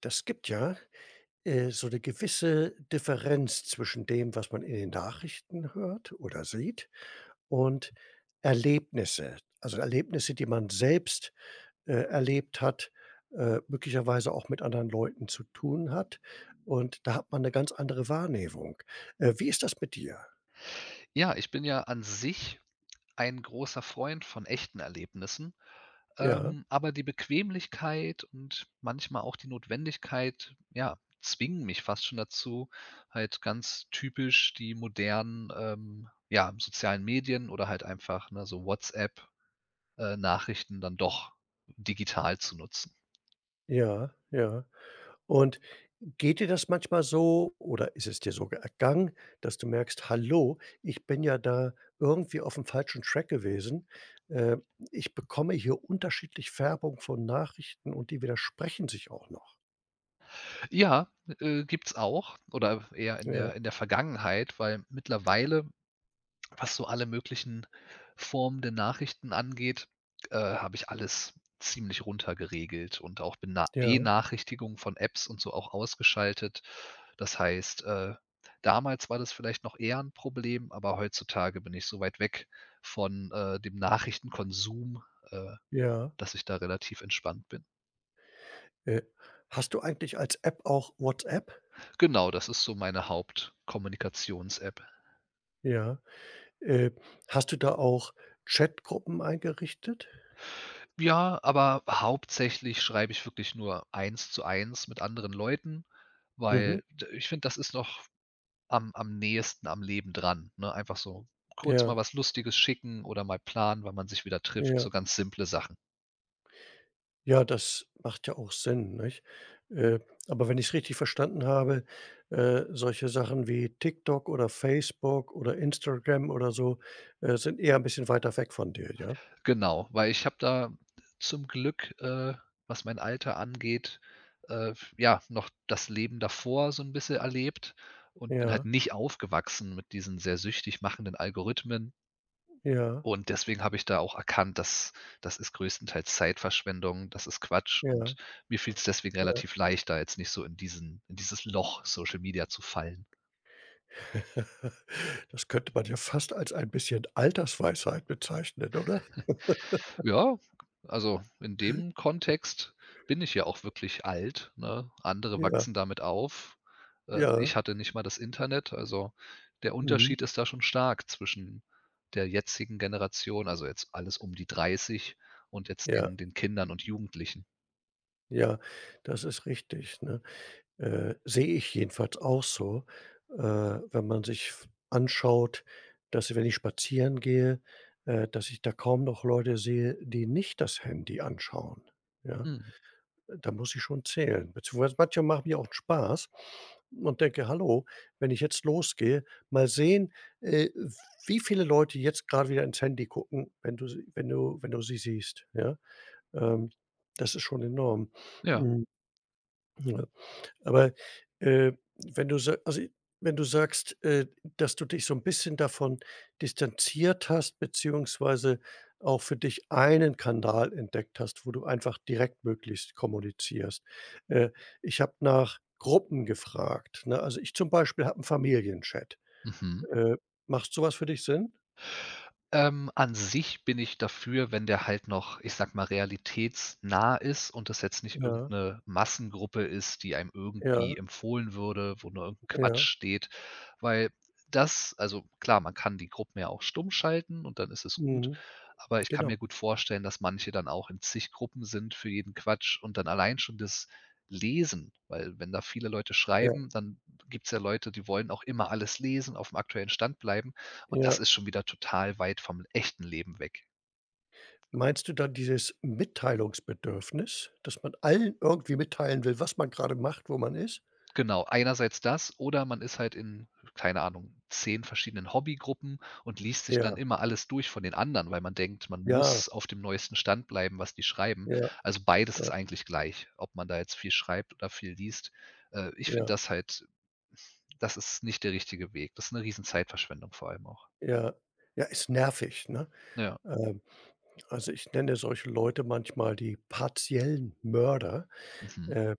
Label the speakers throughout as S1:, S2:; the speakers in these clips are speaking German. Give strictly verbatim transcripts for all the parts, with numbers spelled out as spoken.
S1: Das gibt ja, äh, so eine gewisse Differenz zwischen dem, was man in den Nachrichten hört oder sieht und Erlebnisse. Also, Erlebnisse, die man selbst, äh, erlebt hat, äh, möglicherweise auch mit anderen Leuten zu tun hat. Und da hat man eine ganz andere Wahrnehmung. Äh, wie ist das mit dir?
S2: Ja, ich bin ja an sich ein großer Freund von echten Erlebnissen,
S1: Ja,
S2: ähm, aber die Bequemlichkeit und manchmal auch die Notwendigkeit, ja, zwingen mich fast schon dazu, halt ganz typisch die modernen, ähm, ja, sozialen Medien oder halt einfach, ne, so WhatsApp, äh, Nachrichten dann doch digital zu nutzen.
S1: ja, ja. Und geht dir das manchmal so oder ist es dir so ergangen, dass du merkst: „Hallo, ich bin ja da irgendwie auf dem falschen Track gewesen. Äh, Ich bekomme hier unterschiedlich Färbung von Nachrichten und die widersprechen sich auch noch."
S2: Ja, äh, gibt's auch oder eher in
S1: Ja,
S2: der in der Vergangenheit, weil mittlerweile was so alle möglichen Formen der Nachrichten angeht, äh, habe ich alles ziemlich runtergeregelt und auch Bena
S1: ja,
S2: Benachrichtigungen von Apps und so auch ausgeschaltet. Das heißt, äh, damals war das vielleicht noch eher ein Problem, aber heutzutage bin ich so weit weg von, äh, dem Nachrichtenkonsum, äh,
S1: ja.
S2: dass ich da relativ entspannt bin.
S1: Äh, Hast du eigentlich als App auch WhatsApp?
S2: Genau, das ist so meine Hauptkommunikations-App.
S1: Ja. Äh, Hast du da auch Chatgruppen eingerichtet?
S2: Ja, aber hauptsächlich schreibe ich wirklich nur eins zu eins mit anderen Leuten,
S1: Mhm.
S2: weil d ich finde, das ist noch am am nächsten am Leben dran, ne? Einfach so kurz mal
S1: Ja,
S2: was Lustiges schicken oder mal planen, wann man sich wieder trifft, so
S1: ja.
S2: ganz simple Sachen.
S1: Ja, das macht ja auch Sinn, nicht? Äh, aber wenn ich es richtig verstanden habe, äh, solche Sachen wie TikTok oder Facebook oder Instagram oder so, äh, sind eher ein bisschen weiter weg von dir, ja?
S2: Genau, weil ich habe da zum Glück, äh, was mein Alter angeht, äh, ja, noch das Leben davor so ein bisschen erlebt und bin
S1: Ja,
S2: halt nicht aufgewachsen mit diesen sehr süchtig machenden Algorithmen.
S1: ja,
S2: Und deswegen habe ich da auch erkannt, dass das ist größtenteils Zeitverschwendung, das ist Quatsch,
S1: ja,
S2: und mir fiel's deswegen
S1: ja.
S2: relativ leicht, da jetzt nicht so in diesen in dieses Loch Social Media zu fallen.
S1: Das könnte man ja fast als ein bisschen Altersweisheit bezeichnen, oder?
S2: Ja, also in dem Kontext bin ich ja auch wirklich alt, ne? Andere
S1: Ja,
S2: wachsen damit auf. Äh,
S1: ja,
S2: ich hatte nicht mal das Internet, also der
S1: mhm,
S2: Unterschied ist da schon stark zwischen der jetzigen Generation, also jetzt alles um die dreißig, und jetzt
S1: ja,
S2: den den Kindern und Jugendlichen.
S1: ja, das ist richtig, ne? Äh, sehe ich jedenfalls auch so, äh, wenn man sich f anschaut, dass wenn ich spazieren gehe, äh, dass ich da kaum noch Leute sehe, die nicht das Handy anschauen, ja?
S2: Mhm,
S1: Da muss ich schon zählen. Beziehungsweise manche machen mir auch Spaß und denke: „Hallo, wenn ich jetzt losgehe, mal sehen, äh, wie viele Leute jetzt gerade wieder ins Handy gucken, wenn du sie wenn du wenn du sie siehst", ja? Ähm, Das ist schon enorm.
S2: ja.
S1: Hm, ja. Aber, äh, wenn du sa also, wenn du sagst, äh, dass du dich so ein bisschen davon distanziert hast, beziehungsweise auch für dich einen Kanal entdeckt hast, wo du einfach direkt möglichst kommunizierst. Äh, Ich habe nach Gruppen gefragt, ne? Also, ich zum Beispiel habe einen Familienchat.
S2: Mhm.
S1: Äh, Macht so was für dich Sinn?
S2: Ähm, an sich bin ich dafür, wenn der halt noch, ich sage mal, realitätsnah ist und das jetzt nicht
S1: Ja,
S2: irgendeine Massengruppe ist, die einem
S1: ja,
S2: irgendwie empfohlen würde, wo nur irgend Quatsch
S1: ja.
S2: steht, weil das, also klar, man kann die Gruppen ja auch stumm schalten und dann ist es gut,
S1: Mhm,
S2: aber ich kann
S1: genau.
S2: mir gut vorstellen, dass manche dann auch in zig Gruppen sind für jeden Quatsch und dann allein schon das Lesen, weil wenn da viele Leute
S1: Ja,
S2: schreiben, dann gibt es ja Leute, die wollen auch immer alles lesen, auf dem aktuellen Stand bleiben, und
S1: ja.
S2: das ist schon wieder total weit vom echten Leben weg.
S1: Meinst du dann dieses Mitteilungsbedürfnis, dass man allen irgendwie mitteilen will, was man gerade macht, wo man ist?
S2: Genau, einerseits das oder man ist halt in, keine Ahnung, zehn verschiedenen Hobbygruppen und liest sich dann
S1: Ja,
S2: immer alles durch von den anderen, weil man denkt, man
S1: ja,
S2: muss auf dem neuesten Stand bleiben, was die schreiben.
S1: ja,
S2: Also, beides
S1: ja,
S2: ist eigentlich gleich, ob man da jetzt viel schreibt oder viel liest. Äh, ich finde
S1: ja,
S2: das halt, das ist nicht der richtige Weg. Das ist eine riesen Zeitverschwendung vor allem auch.
S1: ja. Ja, ist nervig, ne?
S2: Ja.
S1: Ähm, also, ich nenne solche Leute manchmal die partiellen Mörder.
S2: Mhm.
S1: Äh,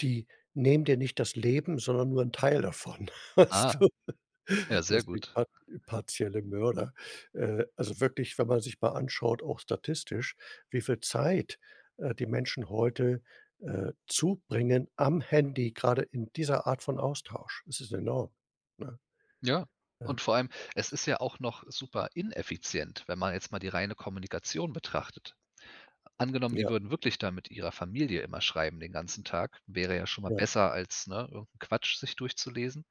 S1: Die nehmen dir nicht das Leben, sondern nur einen Teil davon, weißt
S2: Ah,
S1: du?
S2: ja, sehr
S1: Deswegen
S2: gut.
S1: part partielle Mörder. Äh, also wirklich, wenn man sich mal anschaut, auch statistisch, wie viel Zeit, äh, die Menschen heute, äh, zubringen am Handy, gerade in dieser Art von Austausch. Es ist enorm, ne?
S2: Ja.
S1: Ähm,
S2: Und vor allem, es ist ja auch noch super ineffizient, wenn man jetzt mal die reine Kommunikation betrachtet. Angenommen,
S1: ja,
S2: die würden wirklich da mit ihrer Familie immer schreiben den ganzen Tag, wäre ja schon mal
S1: ja,
S2: besser als, ne, irgendeinen Quatsch sich durchzulesen.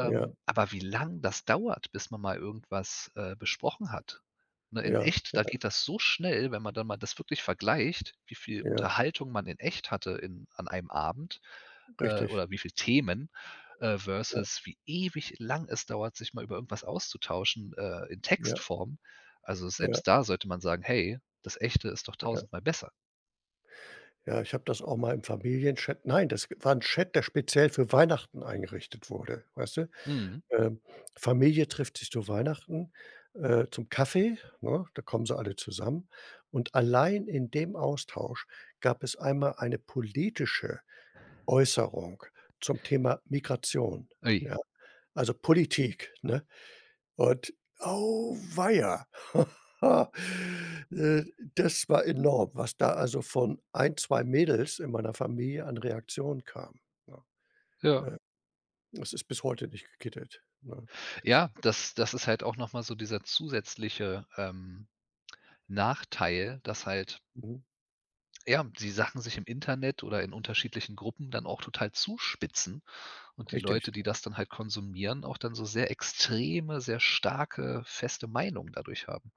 S1: ja,
S2: aber wie lang das dauert, bis man mal irgendwas, äh, besprochen hat, ne, in
S1: ja,
S2: echt, da geht das so schnell, wenn man dann mal das wirklich vergleicht, wie viel
S1: ja,
S2: Unterhaltung man in echt hatte in an einem Abend, äh,
S1: richtig.
S2: oder wie viel Themen, äh,
S1: Ja,
S2: versus wie ewig lang es dauert, sich mal über irgendwas auszutauschen, äh, in
S1: ja,
S2: Textform. Also,
S1: ja,
S2: selbst da sollte man sagen: „Hey, das Echte ist doch
S1: ja.
S2: tausendmal besser.“
S1: Ja, ich habe das auch mal im Familienchat, nein, das war ein Chat, der speziell für Weihnachten eingerichtet wurde, weißt du?
S2: Mhm.
S1: Ähm, Familie trifft sich zu Weihnachten, äh, zum Kaffee, ne? Da kommen sie alle zusammen. Und allein in dem Austausch gab es einmal eine politische Äußerung zum Thema Migration,
S2: Ui,
S1: ja? Also Politik, ne? Und auweia. Äh, Das war enorm, was da also von ein zwei Mädels in meiner Familie an Reaktion kam, ne?
S2: ja.
S1: Äh, Das ist bis heute nicht gekittet, ne?
S2: Ja, das das ist halt auch noch mal so dieser zusätzliche, ähm Nachteil, dass halt,
S1: Mhm,
S2: ja, die Sachen sich im Internet oder in unterschiedlichen Gruppen dann auch total zuspitzen und die
S1: richtig.
S2: Leute, die das dann halt konsumieren, auch dann so sehr extreme, sehr starke, feste Meinungen dadurch haben.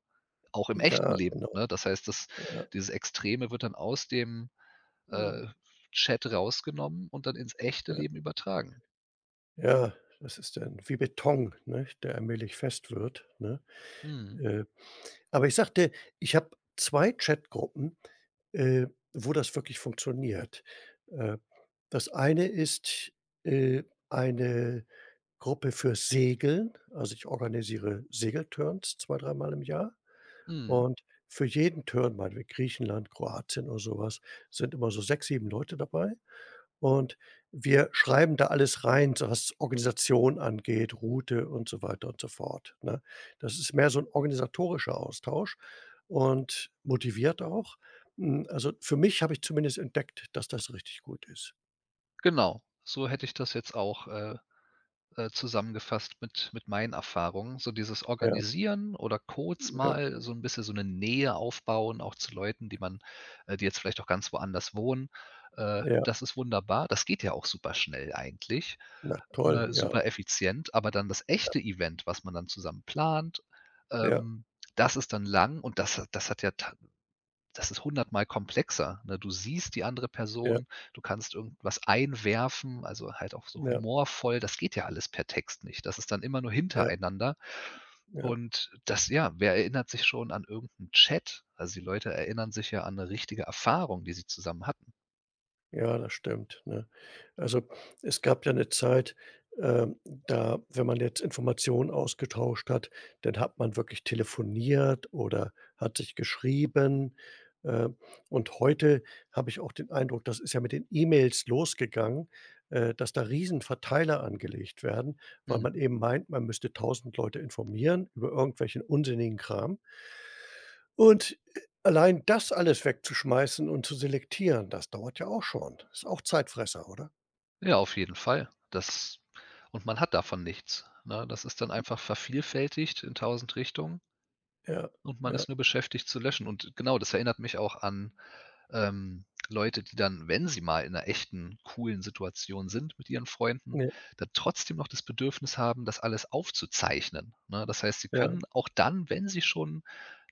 S2: Auch im echten
S1: Ja,
S2: Leben,
S1: genau,
S2: ne? Das heißt, das
S1: ja.
S2: dieses Extreme wird dann aus dem,
S1: Mhm.
S2: äh, Chat rausgenommen und dann ins echte
S1: Ja,
S2: Leben übertragen.
S1: ja, das ist dann wie Beton, ne, der allmählich fest wird, ne?
S2: Mhm,
S1: Äh, aber ich sagte, ich habe zwei Chatgruppen, äh, wo das wirklich funktioniert. Äh, Das eine ist, äh, eine Gruppe für Segeln. Also, ich organisiere Segelturns zwei, dreimal im Jahr
S2: mhm.
S1: und für jeden Turn, meinetwegen Griechenland, Kroatien oder sowas, sind immer so sechs, sieben Leute dabei. Und wir schreiben da alles rein, so was Organisation angeht, Route und so weiter und so fort, ne? Das ist mehr so 'n organisatorischer Austausch und motiviert auch. Hm, also, für mich habe ich zumindest entdeckt, dass das richtig gut ist.
S2: Genau, so hätte ich das jetzt auch, äh, äh, zusammengefasst mit mit meinen Erfahrungen. So dieses
S1: Ja,
S2: Organisieren oder kurz
S1: ja,
S2: mal so ein bisschen so eine Nähe aufbauen, auch zu Leuten, die man, äh, die jetzt vielleicht auch ganz woanders wohnen. Äh,
S1: ja.
S2: das ist wunderbar. Das geht ja auch super schnell eigentlich,
S1: Na toll,
S2: äh,
S1: ja,
S2: super effizient, aber dann das echte Event, was man dann zusammen plant,
S1: ja,
S2: ähm, das ist dann lang und das hat das hat ja, das ist hundertmal komplexer, ne? Du siehst die andere
S1: ja,
S2: Person, du kannst irgendwas einwerfen, also halt auch so
S1: ja,
S2: humorvoll. Das geht ja alles per Text nicht. Das ist dann immer nur
S1: ja,
S2: hintereinander.
S1: ja,
S2: Und das, ja, wer erinnert sich schon an irgendeinen Chat? Also, die Leute erinnern sich ja an eine richtige Erfahrung, die sie zusammen hatten.
S1: ja, das stimmt, ne? Also, es gab ja eine Zeit, ähm, da wenn man jetzt Informationen ausgetauscht hat, dann hat man wirklich telefoniert oder hat sich geschrieben. Äh, und heute habe ich auch den Eindruck, das ist ja mit den E-Mails losgegangen, äh, dass da Riesenverteiler angelegt werden, weil man
S2: Mhm.
S1: eben meint, man müsste tausend Leute informieren über irgendwelchen unsinnigen Kram. Und, äh, allein das alles wegzuschmeißen und zu selektieren, das dauert ja auch schon. Ist auch Zeitfresser, oder?
S2: Ja, auf jeden Fall. Das, und man hat davon nichts, ne? Das ist dann einfach vervielfältigt in tausend Richtungen
S1: Ja,
S2: und man
S1: ja.
S2: ist nur beschäftigt zu löschen. Und genau, das erinnert mich auch an, ähm, Leute, die dann, wenn sie mal in einer echten, coolen Situation sind mit ihren Freunden,
S1: Ne,
S2: dann trotzdem noch das Bedürfnis haben, das alles aufzuzeichnen, ne? Das heißt, sie
S1: ja,
S2: können auch dann, wenn sie schon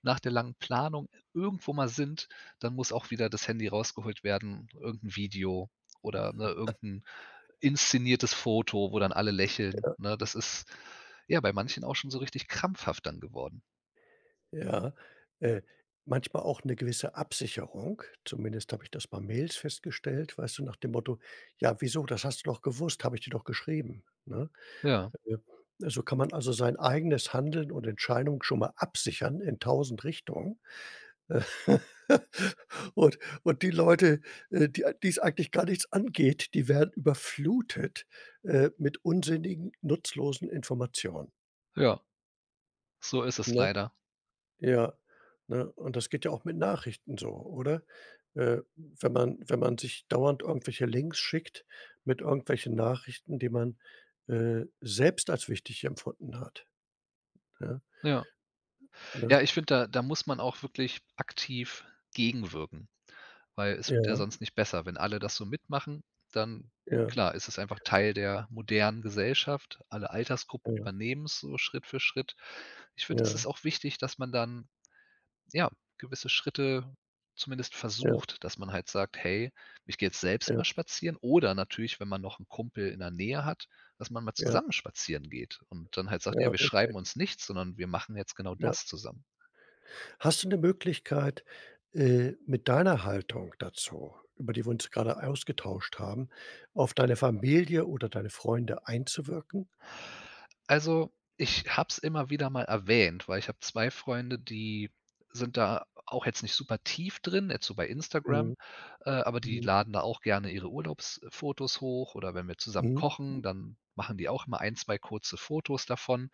S2: nach der langen Planung irgendwo mal sind, dann muss auch wieder das Handy rausgeholt werden, irgendein Video oder, ne, irgend inszeniertes Foto, wo dann alle lächeln, ne? Das ist, ja, bei manchen auch schon so richtig krampfhaft dann geworden.
S1: ja. Äh, Manchmal auch 'ne gewisse Absicherung. Zumindest habe ich das bei Mails festgestellt, weißt du, nach dem Motto: „Ja, wieso? Das hast du doch gewusst, habe ich dir doch geschrieben", ne?
S2: Ja,
S1: Äh, so kann man also sein eigenes Handeln und Entscheidung schon mal absichern in tausend Richtungen. Äh, Und und die Leute, äh, die die's eigentlich gar nichts angeht, die werden überflutet, äh, mit unsinnigen, nutzlosen Informationen,
S2: ja, so ist es
S1: ne?
S2: leider.
S1: Ja, ne? Und das geht ja auch mit Nachrichten so, oder? Äh, wenn man wenn man sich dauernd irgendwelche Links schickt mit irgendwelchen Nachrichten, die man, äh, selbst als wichtig empfunden hat, ja,
S2: Ja.
S1: ne?
S2: Ja, ich finde, da da muss man auch wirklich aktiv gegenwirken, weil es wird ja
S1: Ja,
S2: sonst nicht besser. Wenn alle das so mitmachen, dann
S1: ja,
S2: klar, ist es einfach Teil der modernen Gesellschaft. Alle Altersgruppen
S1: ja,
S2: übernehmen es so Schritt für Schritt. Ich finde, es
S1: ja,
S2: ist auch wichtig, dass man dann, ja, gewisse Schritte zumindest
S1: ja,
S2: versucht, dass man halt sagt: „Hey, ich gehe jetzt selbst
S1: ja,
S2: mal spazieren“, oder natürlich, wenn man noch einen Kumpel in der Nähe hat, dass man mal
S1: ja,
S2: zusammen spazieren geht und dann halt sagt:
S1: ja,
S2: „Ja, wir schreiben
S1: richtig,
S2: uns nichts, sondern wir machen jetzt genau
S1: ja.
S2: das zusammen.“
S1: Hast du eine Möglichkeit, äh, mit deiner Haltung dazu, über die wir uns gerade ausgetauscht haben, auf deine Familie oder deine Freunde einzuwirken?
S2: Also, ich habe es immer wieder mal erwähnt, weil ich habe zwei Freunde, die sind da auch jetzt nicht super tief drin, jetzt so bei
S1: Mhm,
S2: Instagram, äh, aber die
S1: mhm,
S2: laden da auch gerne ihre Urlaubsfotos hoch oder wenn wir zusammen
S1: mhm,
S2: kochen, dann machen die auch immer ein, zwei kurze Fotos davon.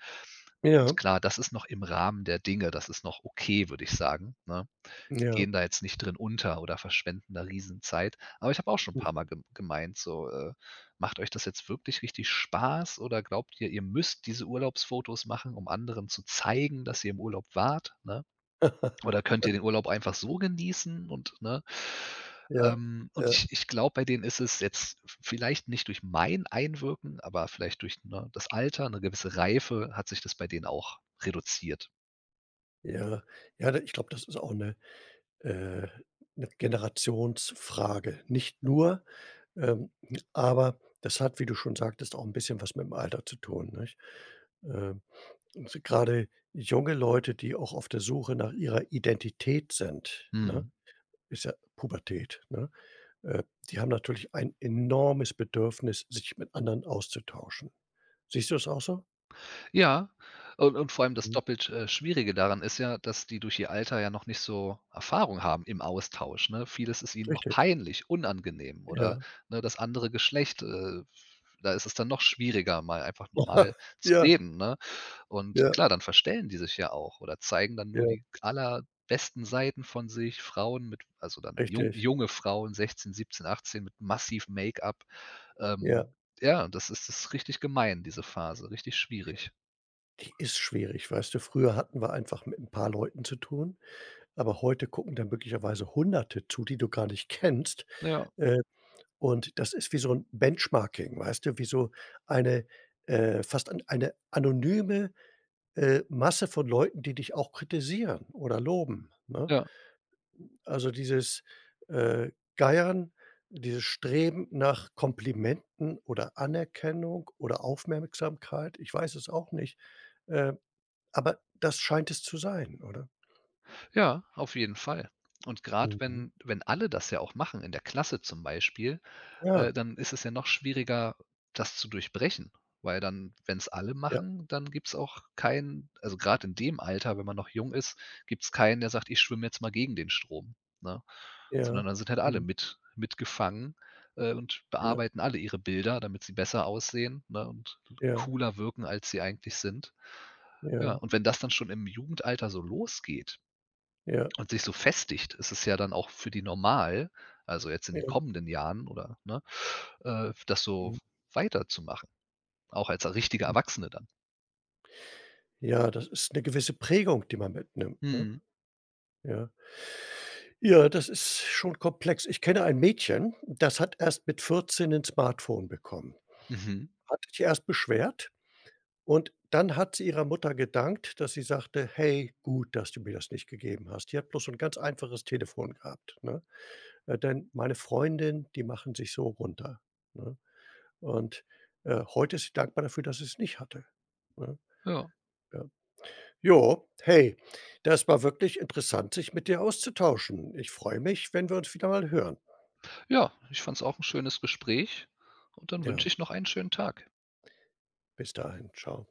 S1: ja.
S2: Und klar, das ist noch im Rahmen der Dinge, das ist noch okay, würde ich sagen, ne? Die
S1: Ja.
S2: gehen da jetzt nicht drin unter oder verschwenden da Riesenzeit. Aber ich habe auch schon 'n paarmal gem gemeint so, äh: „Macht euch das jetzt wirklich richtig Spaß oder glaubt ihr, ihr müsst diese Urlaubsfotos machen, um anderen zu zeigen, dass ihr im Urlaub wart, ne? Oder könnt ihr den Urlaub einfach so genießen?“ Und, ne?
S1: Ja,
S2: Ähm, und
S1: ja,
S2: ich ich glaube, bei denen ist es jetzt vielleicht nicht durch mein Einwirken, aber vielleicht durch, ne, das Alter, eine gewisse Reife hat sich das bei denen auch reduziert.
S1: ja. Ja, da ich glaube, das ist auch eine äh 'ne Generationsfrage. Nicht nur, ähm, aber das hat, wie du schon sagtest, auch ein bisschen was mit dem Alter zu tun, nicht? Ähm, und grade junge Leute, die auch auf der Suche nach ihrer Identität sind, ne?
S2: Mhm.
S1: Ist ja Pubertät, ne? Äh, Die haben natürlich ein enormes Bedürfnis, sich mit anderen auszutauschen. Siehst du es auch so?
S2: Ja, und und vor allem das
S1: Mhm.
S2: doppelt, äh, Schwierige daran ist ja, dass die durch ihr Alter ja noch nicht so Erfahrung haben im Austausch, ne? Vieles ist ihnen noch
S1: Richtig,
S2: peinlich, unangenehm oder,
S1: ja.
S2: ne, das andere Geschlecht, äh, da ist es dann noch schwieriger, mal einfach normal zu
S1: Ja,
S2: reden, ne? Und
S1: ja.
S2: klar, dann verstellen die sich ja auch oder zeigen dann
S1: Ja,
S2: nur die allerbesten Seiten von sich. Frauen mit, also dann jung
S1: richtig.
S2: junge Frauen, sechzehn, siebzehn, achtzehn mit massiv Make-up.
S1: Ja,
S2: Ähm, ja, das ist das ist richtig gemein, diese Phase, richtig schwierig.
S1: die ist schwierig, weißt du? Früher hatten wir einfach mit ein paar Leuten zu tun, aber heute gucken da möglicherweise Hunderte zu, die du gar nicht kennst.
S2: Ja.
S1: Äh, und das ist wie so ein Benchmarking, weißt du, wie so eine, äh fast an eine anonyme, äh, Masse von Leuten, die dich auch kritisieren oder loben, ne?
S2: Ja,
S1: Also, dieses, äh, Geiern, dieses Streben nach Komplimenten oder Anerkennung oder Aufmerksamkeit, ich weiß es auch nicht. Äh, Aber das scheint es zu sein, oder?
S2: ja, auf jeden Fall. Und gerade
S1: Mhm.
S2: wenn wenn alle das ja auch machen, in der Klasse zum Beispiel,
S1: Ja,
S2: äh, dann ist es ja noch schwieriger, das zu durchbrechen, weil dann wenn es alle
S1: ja,
S2: machen, dann gibt's auch keinen, also gerade in dem Alter, wenn man noch jung ist, gibt's keinen, der sagt: „Ich schwimme jetzt mal gegen den Strom“, ne?
S1: ja,
S2: Sondern dann sind halt alle
S1: mhm,
S2: mit mitgefangen, äh, und
S1: ja,
S2: bearbeiten alle ihre Bilder, damit sie besser aussehen, ne, und
S1: ja,
S2: cooler wirken, als sie eigentlich sind. Ja,
S1: ja,
S2: und wenn das dann schon im Jugendalter so losgeht,
S1: ja,
S2: und sich so festigt, ist es ja dann auch für die normal, also jetzt in den
S1: ja.
S2: kommenden Jahren oder, ne, äh, das so
S1: Mhm.
S2: weiterzumachen, auch als richtige Erwachsene dann.
S1: Ja, das ist 'ne gewisse Prägung, die man mitnimmt, ne?
S2: Mhm,
S1: Ja. Ja, das ist schon komplex. Ich kenne ein Mädchen, das hat erst mit vierzehn 'nen Smartphone bekommen.
S2: mhm,
S1: Hat sich erst beschwert und dann hat sie ihrer Mutter gedankt, dass sie sagte: „Hey, gut, dass du mir das nicht gegeben hast." Die hat bloß so 'n ganz einfaches Telefon gehabt, ne? Äh, denn meine Freundin, die machen sich so runter, ne? Und, äh, heute ist sie dankbar dafür, dass sie es nicht hatte, ne?
S2: ja.
S1: Ja. Jo, hey, das war wirklich interessant, sich mit dir auszutauschen. Ich freue mich, wenn wir uns wieder mal hören.
S2: Ja, ich fand es auch ein schönes Gespräch und dann
S1: Ja,
S2: wünsche ich noch einen schönen Tag.
S1: bis dahin. Ciao.